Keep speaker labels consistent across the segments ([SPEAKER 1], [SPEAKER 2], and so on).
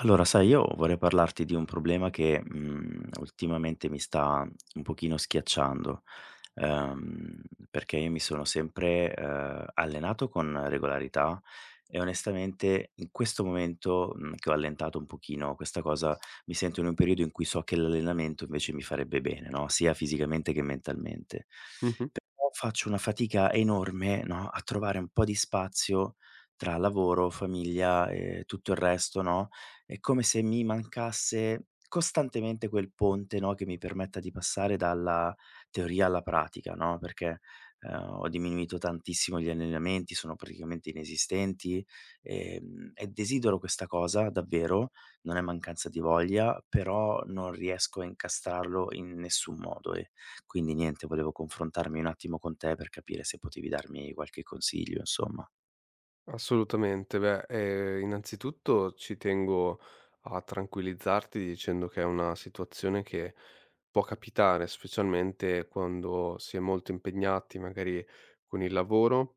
[SPEAKER 1] Allora, sai, io vorrei parlarti di un problema che, ultimamente mi sta un pochino schiacciando, ehm, perché io mi sono sempre, allenato con regolarità e onestamente in questo momento, che ho allentato un pochino questa cosa, mi sento in un periodo in cui so che l'allenamento invece mi farebbe bene, no, sia fisicamente che mentalmente.
[SPEAKER 2] Mh-mh.
[SPEAKER 1] Però faccio una fatica enorme, no, a trovare un po' di spazio tra lavoro, famiglia e tutto il resto, no, è come se mi mancasse costantemente quel ponte, no, che mi permetta di passare dalla teoria alla pratica, no, perché, ho diminuito tantissimo gli allenamenti, sono praticamente inesistenti, e desidero questa cosa davvero, non è mancanza di voglia, però non riesco a incastrarlo in nessun modo e quindi niente, volevo confrontarmi un attimo con te per capire se potevi darmi qualche consiglio, insomma.
[SPEAKER 2] Assolutamente. Beh, innanzitutto ci tengo a tranquillizzarti dicendo che è una situazione che può capitare, specialmente quando si è molto impegnati magari con il lavoro.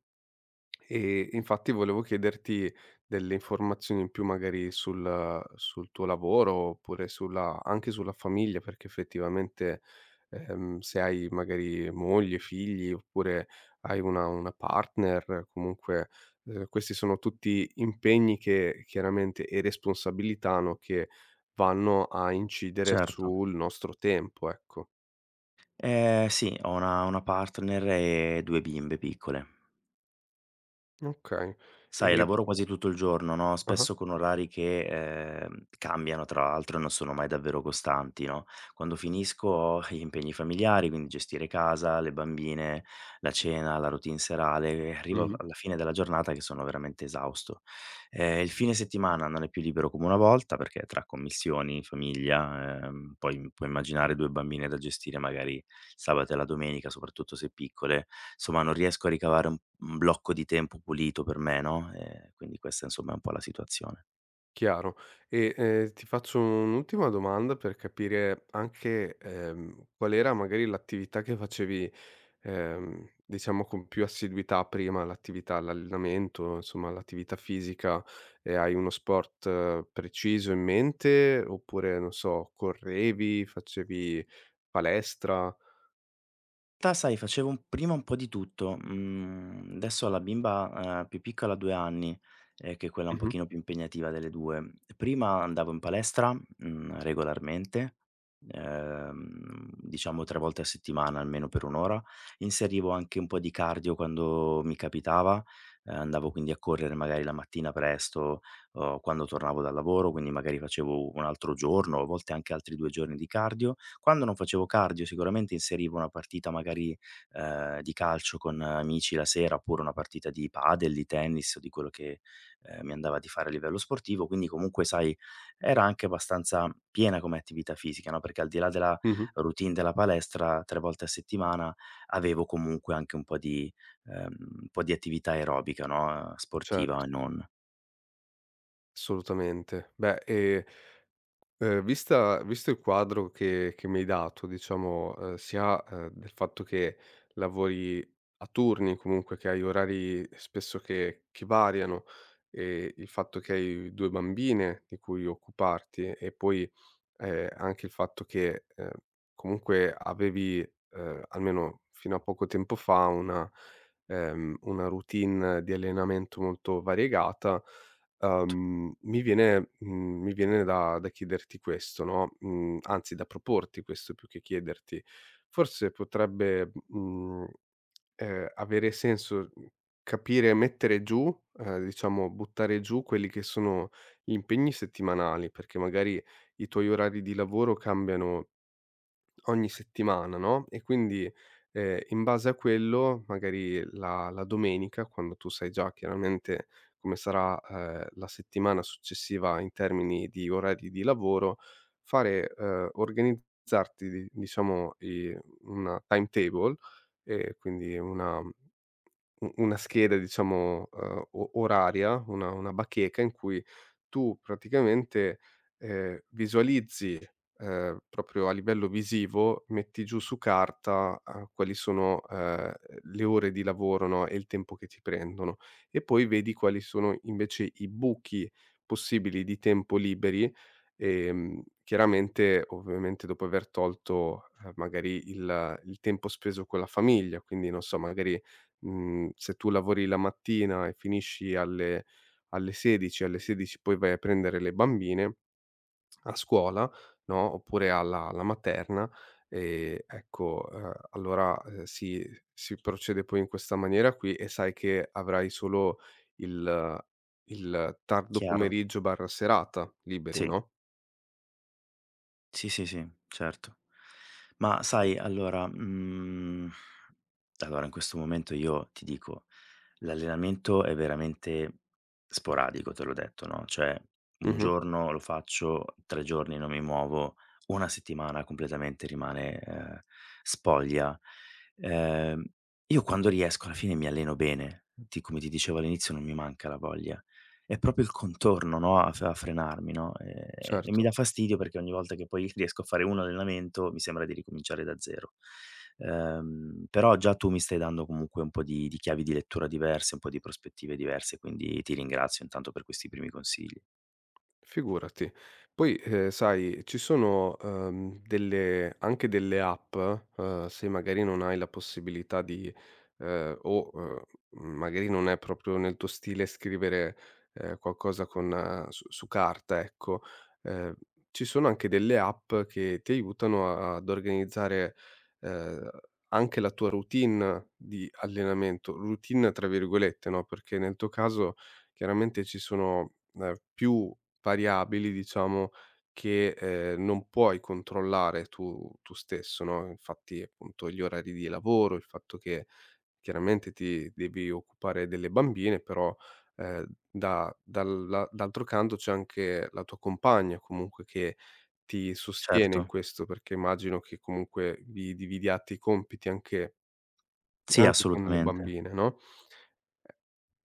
[SPEAKER 2] E infatti volevo chiederti delle informazioni in più magari sul tuo lavoro, oppure sulla anche sulla famiglia, perché effettivamente, se hai magari moglie, figli, oppure hai una partner, comunque, questi sono tutti impegni che chiaramente e responsabilità, no, che vanno a incidere
[SPEAKER 1] Certo.
[SPEAKER 2] sul nostro tempo, ecco.
[SPEAKER 1] Sì, ho una partner e 2 bimbe piccole.
[SPEAKER 2] Okay.
[SPEAKER 1] Sai,
[SPEAKER 2] E
[SPEAKER 1] lavoro quasi tutto il giorno, no,
[SPEAKER 2] ah-ah.
[SPEAKER 1] spesso con orari che, cambiano tra l'altro e non sono mai davvero costanti, no, quando finisco ho gli impegni familiari, quindi gestire casa, le bambine, la cena, la routine serale e arrivo
[SPEAKER 2] Mh-mh.
[SPEAKER 1] alla fine della giornata che sono veramente esausto. Il fine settimana non è più libero come una volta, perché tra commissioni, famiglia, poi puoi immaginare 2 bambine da gestire magari il sabato e la domenica, soprattutto se piccole, insomma non riesco a ricavare un blocco di tempo pulito per me, no, quindi questa insomma è un po' la situazione.
[SPEAKER 2] Chiaro. E, ti faccio un'ultima domanda per capire anche, qual era magari l'attività che facevi, diciamo con più assiduità prima, l'allenamento, insomma l'attività fisica, e hai uno sport preciso in mente, oppure non so, correvi, facevi palestra?
[SPEAKER 1] Ta sai, facevo un prima un po' di tutto. Mhmm, Adesso ho la bimba, più piccola ha 2 anni, che è quella un
[SPEAKER 2] Mh-mh,
[SPEAKER 1] pochino più impegnativa delle 2. Prima andavo in palestra, regolarmente, diciamo 3 volte a settimana, almeno per 1 ora. Inserivo anche un po' di cardio quando mi capitava, andavo quindi a correre magari la mattina presto o quando tornavo dal lavoro, quindi magari facevo un altro giorno, a volte anche altri 2 giorni di cardio. Quando non facevo cardio sicuramente inserivo una partita magari, di calcio con amici la sera, oppure una partita di padel, di tennis o di quello che, mi andava di fare a livello sportivo, quindi comunque sai, era anche abbastanza piena come attività fisica, no, perché al di là della
[SPEAKER 2] mh-mh,
[SPEAKER 1] routine della palestra 3 volte a settimana avevo comunque anche ehm, un po' di attività aerobica, no, sportiva
[SPEAKER 2] certo,
[SPEAKER 1] e non.
[SPEAKER 2] assolutamente. Beh, e vista visto il quadro che mi hai dato, diciamo, sia, del fatto che lavori a turni, comunque che hai orari spesso che variano, e il fatto che hai 2 bambine di cui occuparti e poi anche il fatto che, comunque avevi, almeno fino a poco tempo fa, una routine di allenamento molto variegata, mi viene da chiederti questo, no, anzi da proporti questo più che chiederti. Forse potrebbe, mhmm Avere senso, capire mettere giù, diciamo buttare giù quelli che sono gli impegni settimanali, perché magari i tuoi orari di lavoro cambiano ogni settimana, no, e quindi, in base a quello magari la domenica, quando tu sai già chiaramente come sarà, la settimana successiva in termini di orari di lavoro, fare organizzarti di diciamo i una timetable, quindi una mhmm, u una scheda diciamo, o oraria, una bacheca in cui tu praticamente, visualizzi, proprio a livello visivo, metti giù su carta, quali sono, le ore di lavoro, no, e il tempo che ti prendono. E poi vedi quali sono invece i buchi possibili di tempo liberi, chiaramente ovviamente dopo aver tolto, magari il tempo speso con la famiglia, quindi non so magari se tu lavori la mattina e finisci alle 16, alle 16 poi vai a prendere le bambine a scuola, no, oppure alla materna, ehm, ecco, ehm, allora, ehm, si si procede poi in questa maniera qui e sai che avrai solo il il tardo
[SPEAKER 1] Chiaro?
[SPEAKER 2] pomeriggio/serata liberi,
[SPEAKER 1] Sì.
[SPEAKER 2] no?
[SPEAKER 1] Sì, sì, sì, certo. Ma sai, allora, allora in questo momento io ti dico, l'allenamento è veramente sporadico, te l'ho detto, no, cioè 1
[SPEAKER 2] Mh-mh,
[SPEAKER 1] giorno lo faccio, 3 giorni non mi muovo, 1 settimana completamente rimane, spoglia. Ehm, io quando riesco alla fine mi alleno bene, ti come ti dicevo all'inizio non mi manca la voglia. È proprio il contorno, no, a frenarmi, no, e mi
[SPEAKER 2] certo.
[SPEAKER 1] dà fastidio perché ogni volta che poi riesco a fare un allenamento mi sembra di ricominciare da zero. Però già tu mi stai dando comunque un po' di chiavi di lettura diverse, un po' di prospettive diverse, quindi ti ringrazio intanto per questi primi consigli.
[SPEAKER 2] Figurati. Poi, sai, ci sono, delle anche delle app, se magari non hai la possibilità di ehm, o, uhm, magari non è proprio nel tuo stile scrivere, qualcosa con su su carta, ecco, ehm, ci sono anche delle app che ti aiutano a ad organizzare, ehm, anche la tua routine di allenamento, "routine" tra virgolette, no, perché nel tuo caso chiaramente ci sono, più variabili, diciamo, che, non puoi controllare tu stesso, no, infatti appunto gli orari di lavoro, il fatto che chiaramente ti devi occupare delle bambine, però, da dalla d'altro canto c'è anche la tua compagna comunque che ti sostiene in
[SPEAKER 1] Certo.
[SPEAKER 2] questo, perché immagino che comunque vi dividiate i compiti anche
[SPEAKER 1] Sì,
[SPEAKER 2] anche con le
[SPEAKER 1] assolutamente.
[SPEAKER 2] bambine, no?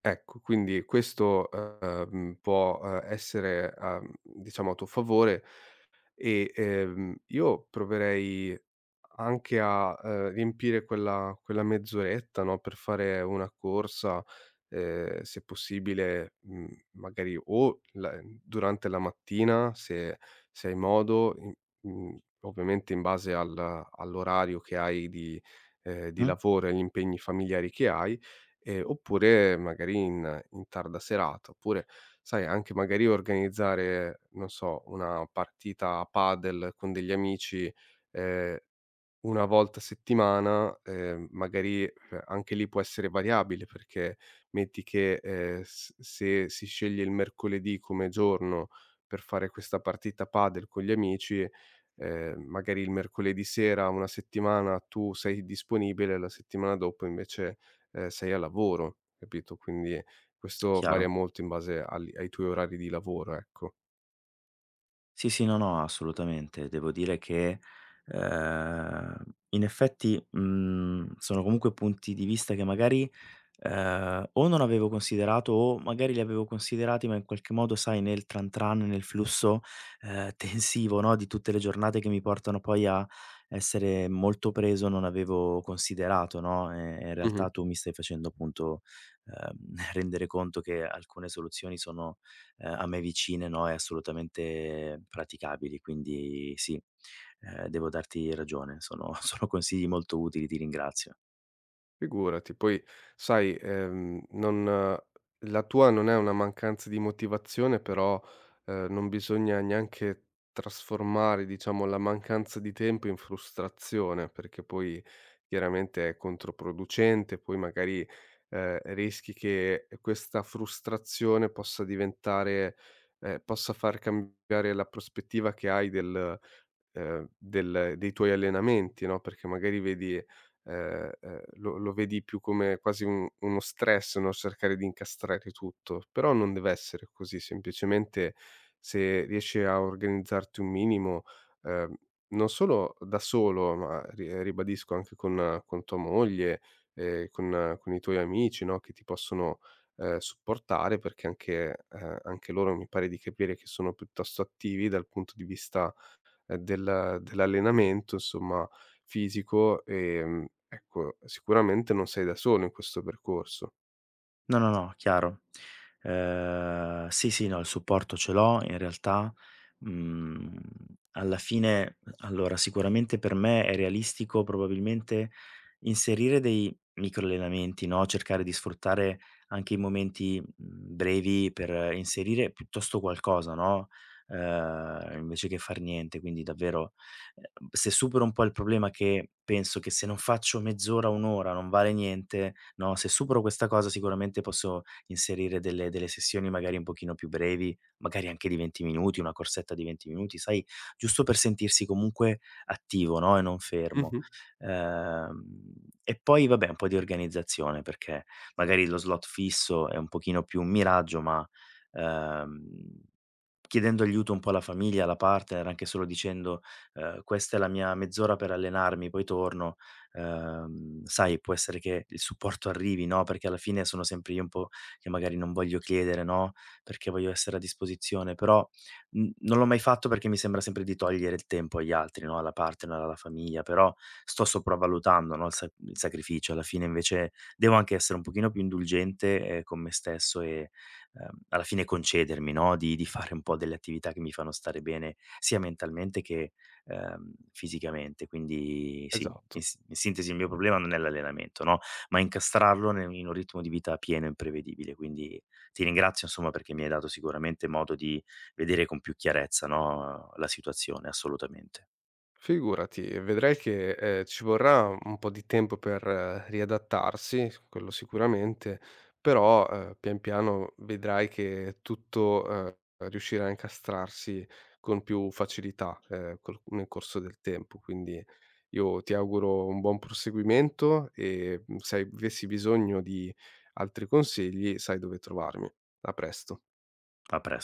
[SPEAKER 2] Ecco, quindi questo, può, diciamo a tuo favore e, io proverei anche a, riempire quella mezz'oretta, no, per fare una corsa, se possibile, magari o la durante la mattina se se hai modo, ovviamente in base al all'orario che hai di
[SPEAKER 1] Mh,
[SPEAKER 2] lavoro e agli impegni familiari che hai. Oppure magari in in tarda serata, oppure sai anche magari organizzare, non so, una partita a padel con degli amici, ehm 1 volta a settimana, anche lì può essere variabile perché metti che, s se si sceglie il mercoledì come giorno per fare questa partita padel con gli amici, magari il mercoledì sera una settimana tu sei disponibile, la settimana dopo invece, sei a lavoro, capito? Quindi questo
[SPEAKER 1] chiaro.
[SPEAKER 2] varia molto in base agli ai tuoi orari di lavoro, ecco.
[SPEAKER 1] Sì, sì, no, no, assolutamente. Devo dire che, ehm, in effetti, sono comunque punti di vista che magari, o non avevo considerato o magari li avevo considerati, ma in qualche modo, sai, nel tran tran, nel flusso, ehm, tensivo, no, di tutte le giornate che mi portano poi a essere molto preso, non avevo considerato, no, e in
[SPEAKER 2] Mh-mh.
[SPEAKER 1] realtà tu mi stai facendo appunto, ehm, rendere conto che alcune soluzioni sono a me vicine, no, e assolutamente praticabili. Quindi sì, devo darti ragione, sono sono consigli molto utili, ti ringrazio.
[SPEAKER 2] Figurati, poi sai, non la tua non è una mancanza di motivazione, però, non bisogna neanche trasformare, diciamo, la mancanza di tempo in frustrazione, perché poi chiaramente è controproducente, poi magari, rischi che questa frustrazione possa diventare possa far cambiare la prospettiva che hai del dei tuoi allenamenti, no, perché magari vedi lo vedi più come quasi un uno stress, no, cercare di incastrare tutto. Però non deve essere così, semplicemente se riesci a organizzarti un minimo, ehm, non solo da solo, ma ri ribadisco anche con tua moglie, con i tuoi amici, no, che ti possono, supportare perché anche anche loro mi pare di capire che sono piuttosto attivi dal punto di vista dell'allenamento insomma fisico, ecco sicuramente non sei da solo in questo percorso.
[SPEAKER 1] No, no, no, chiaro. Sì, sì, no, il supporto ce l'ho in realtà. Mhmm, Alla fine allora sicuramente per me è realistico probabilmente inserire dei microallenamenti, no, cercare di sfruttare anche i momenti, brevi per inserire piuttosto qualcosa, no, invece che far niente. Quindi davvero se supero un po' il problema che penso che se non faccio mezz'ora, 1 ora non vale niente, no, se supero questa cosa sicuramente posso inserire delle sessioni magari un pochino più brevi, magari anche di 20 minuti, una corsetta di 20 minuti, sai, giusto per sentirsi comunque attivo, no, e non fermo.
[SPEAKER 2] Mh-mh.
[SPEAKER 1] Ehm, e poi vabbè un po' di organizzazione, perché magari lo slot fisso è un pochino più un miraggio, ma, ehm, chiedendo aiuto un po' alla famiglia, alla partner, anche solo dicendo questa è la mia mezz'ora per allenarmi, poi torno, sai può essere che il supporto arrivi, no, perché alla fine sono sempre io un po' che magari non voglio chiedere, no, perché voglio essere a disposizione, però, non l'ho mai fatto perché mi sembra sempre di togliere il tempo agli altri, no, alla partner, alla famiglia, però sto sopravvalutando, no, il sacrificio. Alla fine invece devo anche essere un pochino più indulgente, con me stesso e, alla fine concedermi, no, di fare un po' delle attività che mi fanno stare bene sia mentalmente che fisicamente. Quindi sì,
[SPEAKER 2] Esatto.
[SPEAKER 1] in sintesi il mio problema non è l'allenamento, no, ma incastrarlo ne in un ritmo di vita pieno e imprevedibile. Quindi ti ringrazio insomma perché mi hai dato sicuramente modo di vedere con più chiarezza, no, la situazione, assolutamente.
[SPEAKER 2] Figurati, vedrai che, ci vorrà un po' di tempo per riadattarsi, quello sicuramente, però, pian piano vedrai che tutto, riuscirà a incastrarsi con più facilità, col nel corso del tempo. Quindi io ti auguro un buon proseguimento e, se avessi bisogno di altri consigli sai dove trovarmi. A presto.
[SPEAKER 1] A pres